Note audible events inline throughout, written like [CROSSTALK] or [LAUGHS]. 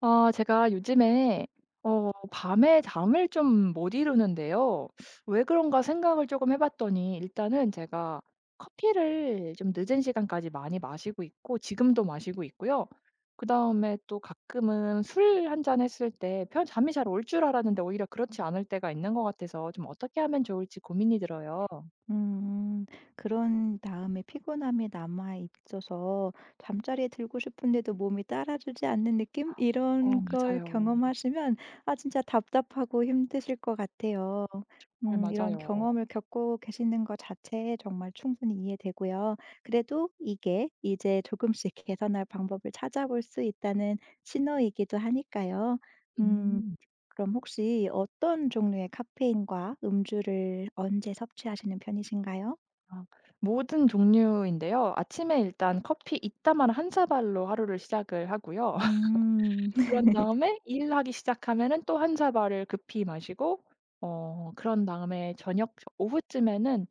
아, 제가 요즘에 밤에 잠을 좀 못 이루는데요. 왜 그런가 생각을 조금 해봤더니 일단은 제가 커피를 좀 늦은 시간까지 많이 마시고 있고 지금도 마시고 있고요. 그 다음에 또 가끔은 술 한 잔 했을 때 잠이 잘 올 줄 알았는데 오히려 그렇지 않을 때가 있는 것 같아서 좀 어떻게 하면 좋을지 고민이 들어요. 음. 그런 다음에 피곤함이 남아 있어서 잠자리에 들고 싶은데도 몸이 따라주지 않는 느낌? 어, 이런 걸 맞아요. 경험하시면 아 진짜 답답하고 힘드실 것 같아요. 정말 이런 맞아요. 경험을 겪고 계시는 것 자체에 정말 충분히 이해되고요. 그래도 이게 이제 조금씩 [LAUGHS] 개선할 방법을 찾아볼 수 있다는 신호이기도 하니까요. 음. 음. 그럼 혹시 어떤 종류의 카페인과 음주를 언제 섭취하시는 편이신가요? 아 모든 종류인데요. 아침에 일단 커피 이따만 한 사발로 하루를 시작을 하고요. [LAUGHS] 음. [LAUGHS] 그런 다음에 일하기 시작하면은 또 한 사발을 급히 마시고 그런 다음에 저녁 오후쯤에는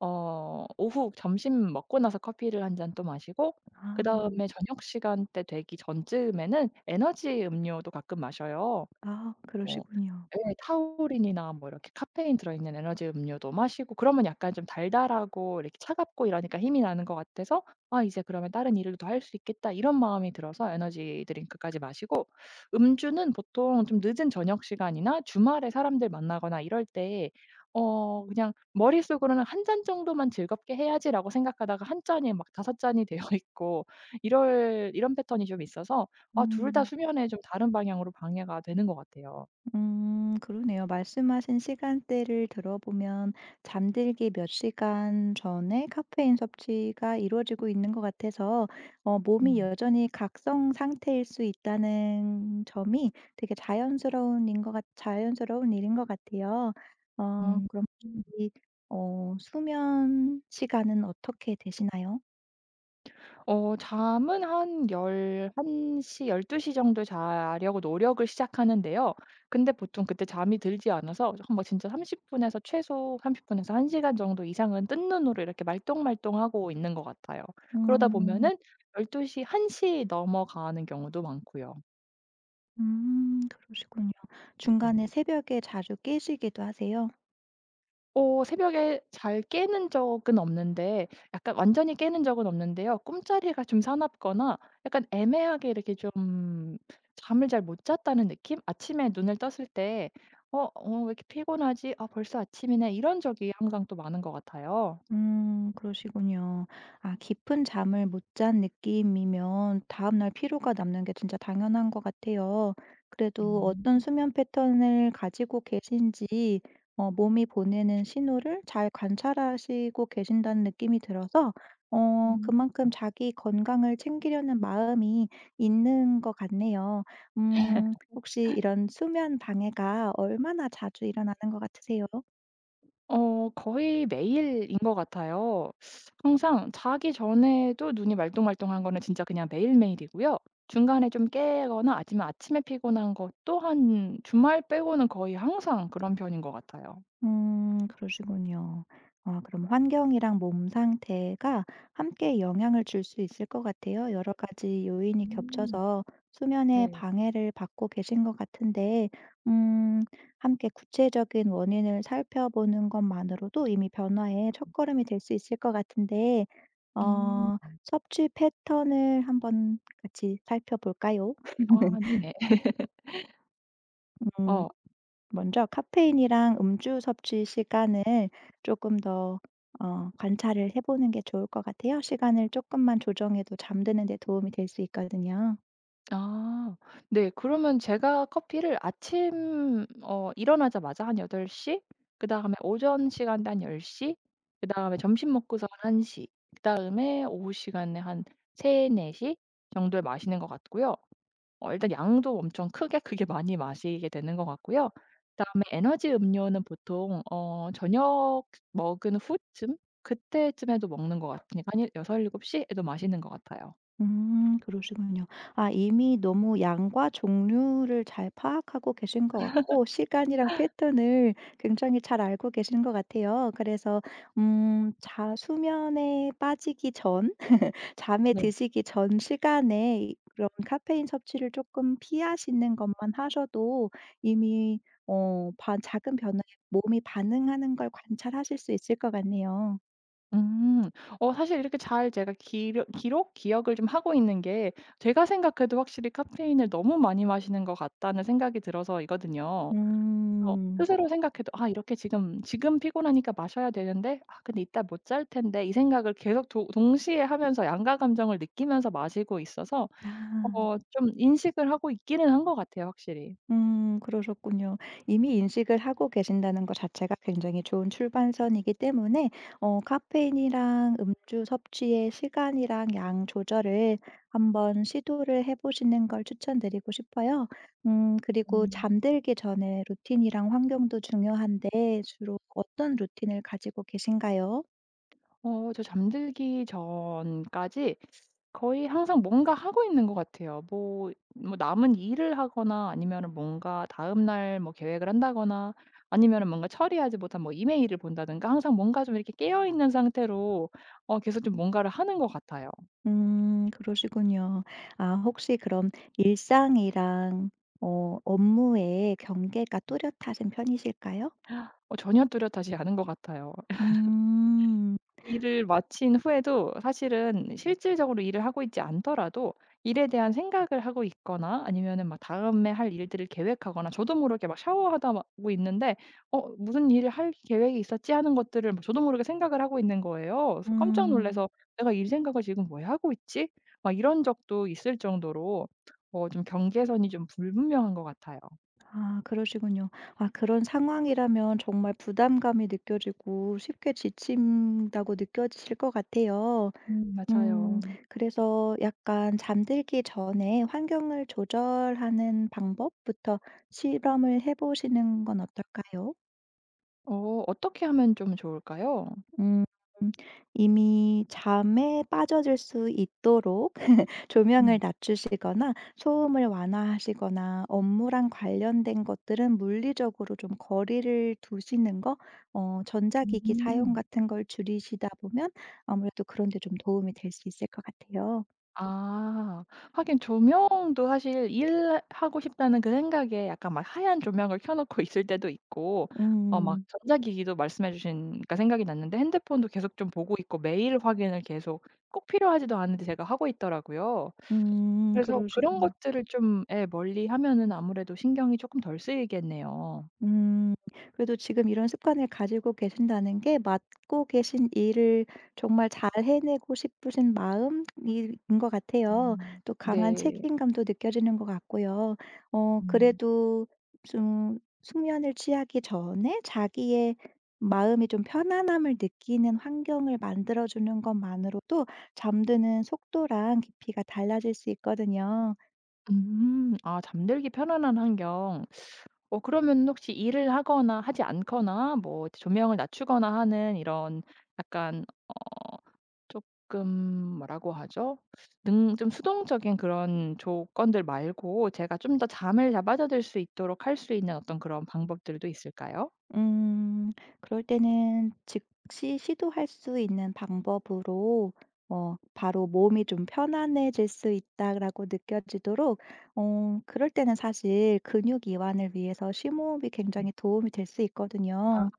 오후 점심 먹고 나서 커피를 한 잔 또 마시고 아. 그다음에 저녁 시간대 되기 전쯤에는 에너지 음료도 가끔 마셔요. 아 어 그러시군요. 예 타우린이나 뭐 이렇게 카페인 들어 있는 에너지 음료도 마시고 그러면 약간 좀 달달하고 이렇게 차갑고 이러니까 힘이 나는 것 같아서 '아 이제 그러면 다른 일도 할 수 있겠다.' 이런 마음이 들어서 에너지 드링크까지 마시고 음주는 보통 좀 늦은 저녁 시간이나 주말에 사람들 만나거나 이럴 때 그냥 머릿속으로는 한 잔 정도만 즐겁게 해야지.'라고 생각하다가 한 잔이 막섯 잔이 되어 [LAUGHS] 있고 이럴 이런 패턴이 좀 있어서 아 둘 다 음. 수면에 좀 다른 방향으로 방해가 되는 것 같아요. 그러네요. 말씀하신 시간대를 들어보면 잠들기 몇 시간 전에 카페인 섭취가 이루어지고 있는 것 같아서 몸이 음. 여전히 각성 상태일 수 있다는 점이 되게 자연스러운 일인 것 같아요. 어 음. 그럼 이 어 수면 시간은 어떻게 되시나요? 어 잠은 한1한시열2시 정도 자려고 노력을 시작하는데요. 근데 보통 그때 잠이 들지 않아서 한 뭐 진짜 30 분에서 최소 30 분에서 1 시간 정도 이상은 뜬 눈으로 이렇게 말똥말똥하고 있는 것 같아요. 그러다 음. 보면은 12시 1시 넘어가는 경우도 많고요. 그러시군요. 네. 중간에 새벽에 자주 깨시기도 하세요? 새벽에 잘 깨는 적은 없는데 약간 완전히 깨는 적은 없는데요. 꿈자리가 좀 사납거나 약간 애매하게 이렇게 좀 잠을 잘 못 잤다는 느낌? 아침에 눈을 떴을 때 왜 이렇게 피곤하지? 아 벌써 아침이네.' 이런 적이 항상 또 많은 것 같아요. 그러시군요. 아 깊은 잠을 못 잔 느낌이면 다음날 피로가 남는 게 진짜 당연한 것 같아요. 그래도 어떤 수면 패턴을 가지고 계신지 몸이 보내는 신호를 잘 관찰하시고 계신다는 느낌이 들어서 음. 그만큼 자기 건강을 챙기려는 마음이 있는 것 같네요. 혹시 이런 수면 방해가 얼마나 자주 일어나는 것 같으세요? 어 거의 매일인 것 같아요. 항상 자기 전에도 눈이 말똥말똥한 거는 진짜 그냥 매일매일이고요. 중간에 좀 깨거나 아니면 아침에 피곤한 것 또한 주말 빼고는 거의 항상 그런 편인 것 같아요. 그러시군요. 아 그럼 환경이랑 몸 상태가 함께 영향을 줄 수 있을 것 같아요. 여러 가지 요인이 음. 겹쳐서 수면에 네. 방해를 받고 계신 것 같은데 음 함께 구체적인 원인을 살펴보는 것만으로도 이미 변화의 첫걸음이 될 수 있을 것 같은데 음. 어 섭취 패턴을 한번 같이 살펴볼까요? 아 [LAUGHS] 네네. [LAUGHS] 음. 어. 먼저 카페인이랑 음주 섭취 시간을 조금 더 관찰을 해 보는 게 좋을 것 같아요. 시간을 조금만 조정해도 잠드는 데 도움이 될 수 있거든요. 아. 네. 그러면 제가 커피를 아침 일어나자마자 한8덟 시, 그다음에 오전 시간대 한 1 0 그다음에 점심 먹고서 한 1시 그다음에 오후 시간에 한 3 4시 정도에 마시는 것 같고요. 어 일단 양도 엄청 크게 크게 많이 마시게 되는 것 같고요. 그다음에 에너지 음료는 보통 저녁 먹은 후쯤 그때쯤에도 먹는 것 같으니까 한 6-7 시에도 마시는 것 같아요. 그러시군요. 아 이미 너무 양과 종류를 잘 파악하고 계신 것 같고 시간이랑 패턴을 굉장히 잘 알고 계신 것 같아요. 그래서 음 자 수면에 빠지기 전 [LAUGHS] 잠에 드시기 전 시간에 이 그런 카페인 섭취를 조금 피하시는 것만 하셔도 이미 어 반 작은 변화에 몸이 반응하는 걸 관찰하실 수 있을 것 같네요. 음. 어 사실 이렇게 잘 제가 기억을 좀 하고 있는 게 제가 생각해도 확실히 '카페인을 너무 많이 마시는 것 같다.'는 생각이 들어서이거든요. 그래서 음. 스스로 생각해도 '아 이렇게 지금 피곤하니까 마셔야 되는데 아 근데 이따 못 잘 텐데.' 이 생각을 계속 도 동시에 하면서 양가 감정을 느끼면서 마시고 있어서 아. 어 좀 인식을 하고 있기는 한 것 같아요 확실히. 그러셨군요. 이미 인식을 하고 계신다는 것 자체가 굉장히 좋은 출발선이기 때문에 카페인이랑 음주 섭취의 시간이랑 양 조절을 한번 시도를 해 보시는 걸 추천드리고 싶어요. 그리고 음. 잠들기 전에 루틴이랑 환경도 중요한데 주로 어떤 루틴을 가지고 계신가요? 어 저 잠들기 전까지 거의 항상 뭔가 하고 있는 것 같아요. 뭐 남은 일을 하거나 아니면은 뭔가 다음 날 뭐 계획을 한다거나 아니면은 뭔가 처리하지 못한 뭐 이메일을 본다든가 항상 뭔가 좀 이렇게 깨어 있는 상태로 계속 좀 뭔가를 하는 것 같아요. 그러시군요. 아 혹시 그럼 일상이랑 업무의 경계가 뚜렷하신 편이실까요? 어 전혀 뚜렷하지 않은 것 같아요. 음. 일을 마친 후에도 사실은 실질적으로 일을 하고 있지 않더라도 일에 대한 생각을 하고 있거나 아니면은 막 다음에 할 일들을 계획하거나 저도 모르게 막 샤워하다 하고 있는데 어 무슨 일을 할 계획이 있었지 하는 것들을 막 저도 모르게 생각을 하고 있는 거예요. 그래서 깜짝 음. 놀라서 내가 일 생각을 지금 왜 하고 있지? 막 이런 적도 있을 정도로 어 좀 경계선이 좀 불분명한 것 같아요. 아 그러시군요. 아 그런 상황이라면 정말 부담감이 느껴지고 쉽게 지친다고 느껴지실 것 같아요. 음 맞아요. 그래서 약간 잠들기 전에 환경을 조절하는 방법부터 실험을 해 보시는 건 어떨까요? 어 어떻게 하면 좀 좋을까요? 음. 이미 잠에 빠져들 수 있도록 [LAUGHS] 조명을 음. 낮추시거나 소음을 완화하시거나 업무랑 관련된 것들은 물리적으로 좀 거리를 두시는 거, 전자기기 사용 음. 같은 걸 줄이시다 보면 아무래도 그런 데 좀 도움이 될 수 있을 것 같아요. 아. 하긴 조명도 사실 일 하고 싶다는 그 생각에 약간 막 하얀 조명을 켜 놓고 [LAUGHS] 있을 때도 있고 막 음. 전자기기도 말씀해 주신 그니까 생각이 났는데 핸드폰도 계속 좀 보고 있고 메일 확인을 계속 꼭 필요하지도 않은데 제가 하고 있더라고요. 음. 그래서 그런 그러시군요. 것들을 좀 예 멀리하면은 아무래도 신경이 조금 덜 쓰이겠네요. 음. 그래도 지금 이런 습관을 가지고 계신다는 게 맡고 계신 일을 정말 잘 해내고 싶으신 마음인 것 같아요. 음. 또 강한 네. 책임감도 느껴지는 것 같고요. 음. 그래도 좀 숙면을 취하기 전에 자기의 마음이 좀 편안함을 느끼는 환경을 만들어 주는 것만으로도 잠드는 속도랑 깊이가 달라질 수 있거든요. 음. 아 잠들기 편안한 환경. 어 그러면 혹시 일을 하거나 하지 않거나 뭐 조명을 낮추거나 하는 이런 약간 쪼끔 뭐라고 하죠? 능 좀 수동적인 그런 조건들 말고 제가 좀 더 잠을 잘 빠져들 수 있도록 할 수 있는 어떤 그런 방법들도 있을까요? 음. 그럴 때는 즉시 시도할 수 있는 방법으로 바로 몸이 좀 편안해질 수 있다라고 느껴지도록 그럴 때는 사실 근육 이완을 위해서 심호흡이 네. 굉장히 도움이 될 수 아 있거든요.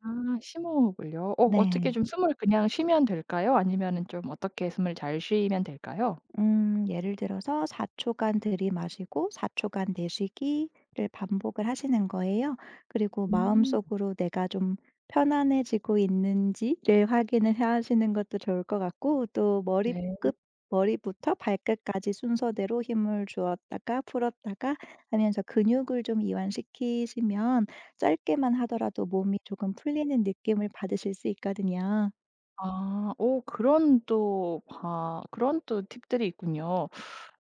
심호흡을요. 어 어떻게 네. 좀 숨을 그냥 쉬면 될까요? 아니면은 좀 어떻게 숨을 잘 쉬면 될까요? 예를 들어서 4초 초간 들이마시고 4초 초간 내쉬기를 반복을 하시는 거예요. 그리고 음. 마음속으로 내가 좀 편안해지고 있는지를 확인을 해 하시는 것도 좋을 것 같고 또 네. 끝 머리부터 발끝까지 순서대로 힘을 주었다가 풀었다가 하면서 근육을 좀 이완시키시면 짧게만 하더라도 몸이 조금 풀리는 느낌을 받으실 수 있거든요. 아. 오 그런 또 그런 또 팁들이 있군요.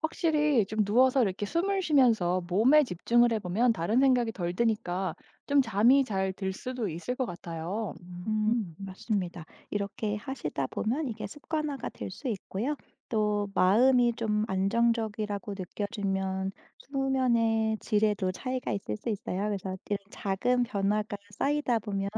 확실히 좀 누워서 이렇게 숨을 쉬면서 몸에 집중을 해 보면 다른 생각이 덜 드니까 좀 잠이 잘 들 수도 있을 것 같아요. 음. 맞습니다. 이렇게 하시다 보면 이게 습관화가 될 수 있고요. 또 마음이 좀 안정적이라고 느껴지면 수면의 질에도 차이가 있을 수 있어요. 그래서 이런 작은 변화가 쌓이다 보면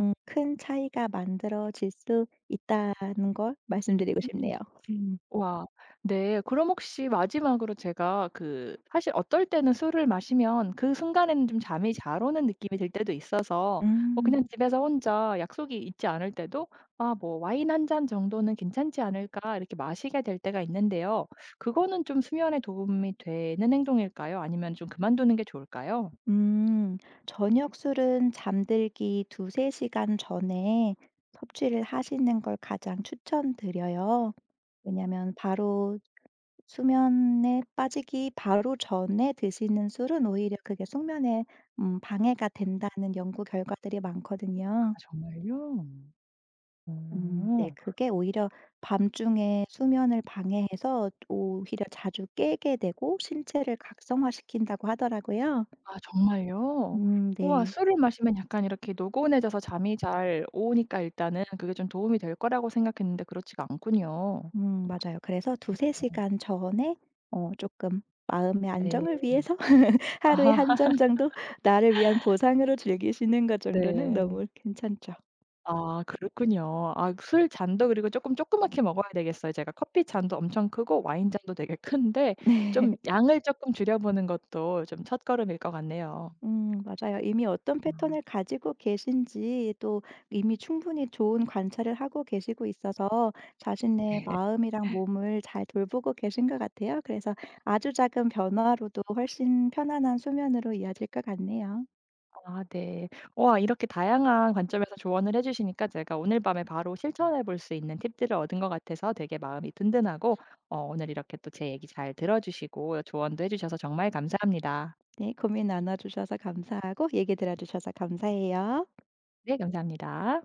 큰 차이가 만들어질 수 있다는 걸 말씀드리고 음. 싶네요. 음. 와. 네. 그럼 혹시 마지막으로 제가 그 사실 어떨 때는 술을 마시면 그 순간에는 좀 잠이 잘 오는 느낌이 들 때도 있어서 뭐 음. 그냥 집에서 혼자 약속이 있지 않을 때도 '아 뭐 와인 한 잔 정도는 괜찮지 않을까.' 이렇게 마시게 될 때가 있는데요. 그거는 좀 수면에 도움이 되는 행동일까요? 아니면 좀 그만두는 게 좋을까요? 음. 저녁 술은 잠들기 두세 시간 전에 섭취를 하시는 걸 가장 추천드려요. 왜냐면 하 바로 수면에 빠지기 바로 전에 드시는 술은 오히려 그게 숙면에 방해가 된다는 연구 결과들이 아 많거든요. 정말요? 음. 네 오. 그게 오히려 밤중에 수면을 방해해서 오히려 자주 깨게 되고 신체를 각성화시킨다고 하더라고요. 아 정말요? 우와 네. 술을 마시면 약간 이렇게 노곤해져서 잠이 잘 오니까 일단은 그게 좀 도움이 될 거라고 생각했는데 그렇지가 않군요. 맞아요. 그래서 두세 시간 전에 조금 마음의 안정을 네. 위해서 [LAUGHS] [LAUGHS] 하루에 한 아 잔 정도 나를 위한 보상으로 즐기시는 것 정도는 네. 너무 괜찮죠. 아 그렇군요. 아 술 잔도 그리고 쪼끔 조그맣게 먹어야 되겠어요. 제가 커피 잔도 엄청 크고 와인 잔도 되게 큰데 [LAUGHS] 네. 좀 양을 쪼끔 줄여보는 것도 좀 첫걸음일 것 같네요. 맞아요. 이미 어떤 음. 패턴을 가지고 계신지 또 이미 충분히 좋은 관찰을 하고 계시고 있어서 자신의 마음이랑 몸을 잘 돌보고 계신 것 같아요. 그래서 아주 작은 변화로도 훨씬 편안한 수면으로 이어질 것 같네요. 아 네. 와 이렇게 다양한 관점에서 조언을 해 주시니까 제가 오늘 밤에 바로 실천해 볼 수 있는 팁들을 얻은 것 같아서 되게 마음이 든든하고 오늘 이렇게 또 제 얘기 잘 들어 주시고 조언도 해 주셔서 정말 감사합니다. 네. 고민 나눠 주셔서 감사하고 얘기 들어 주셔서 감사해요. 네 감사합니다.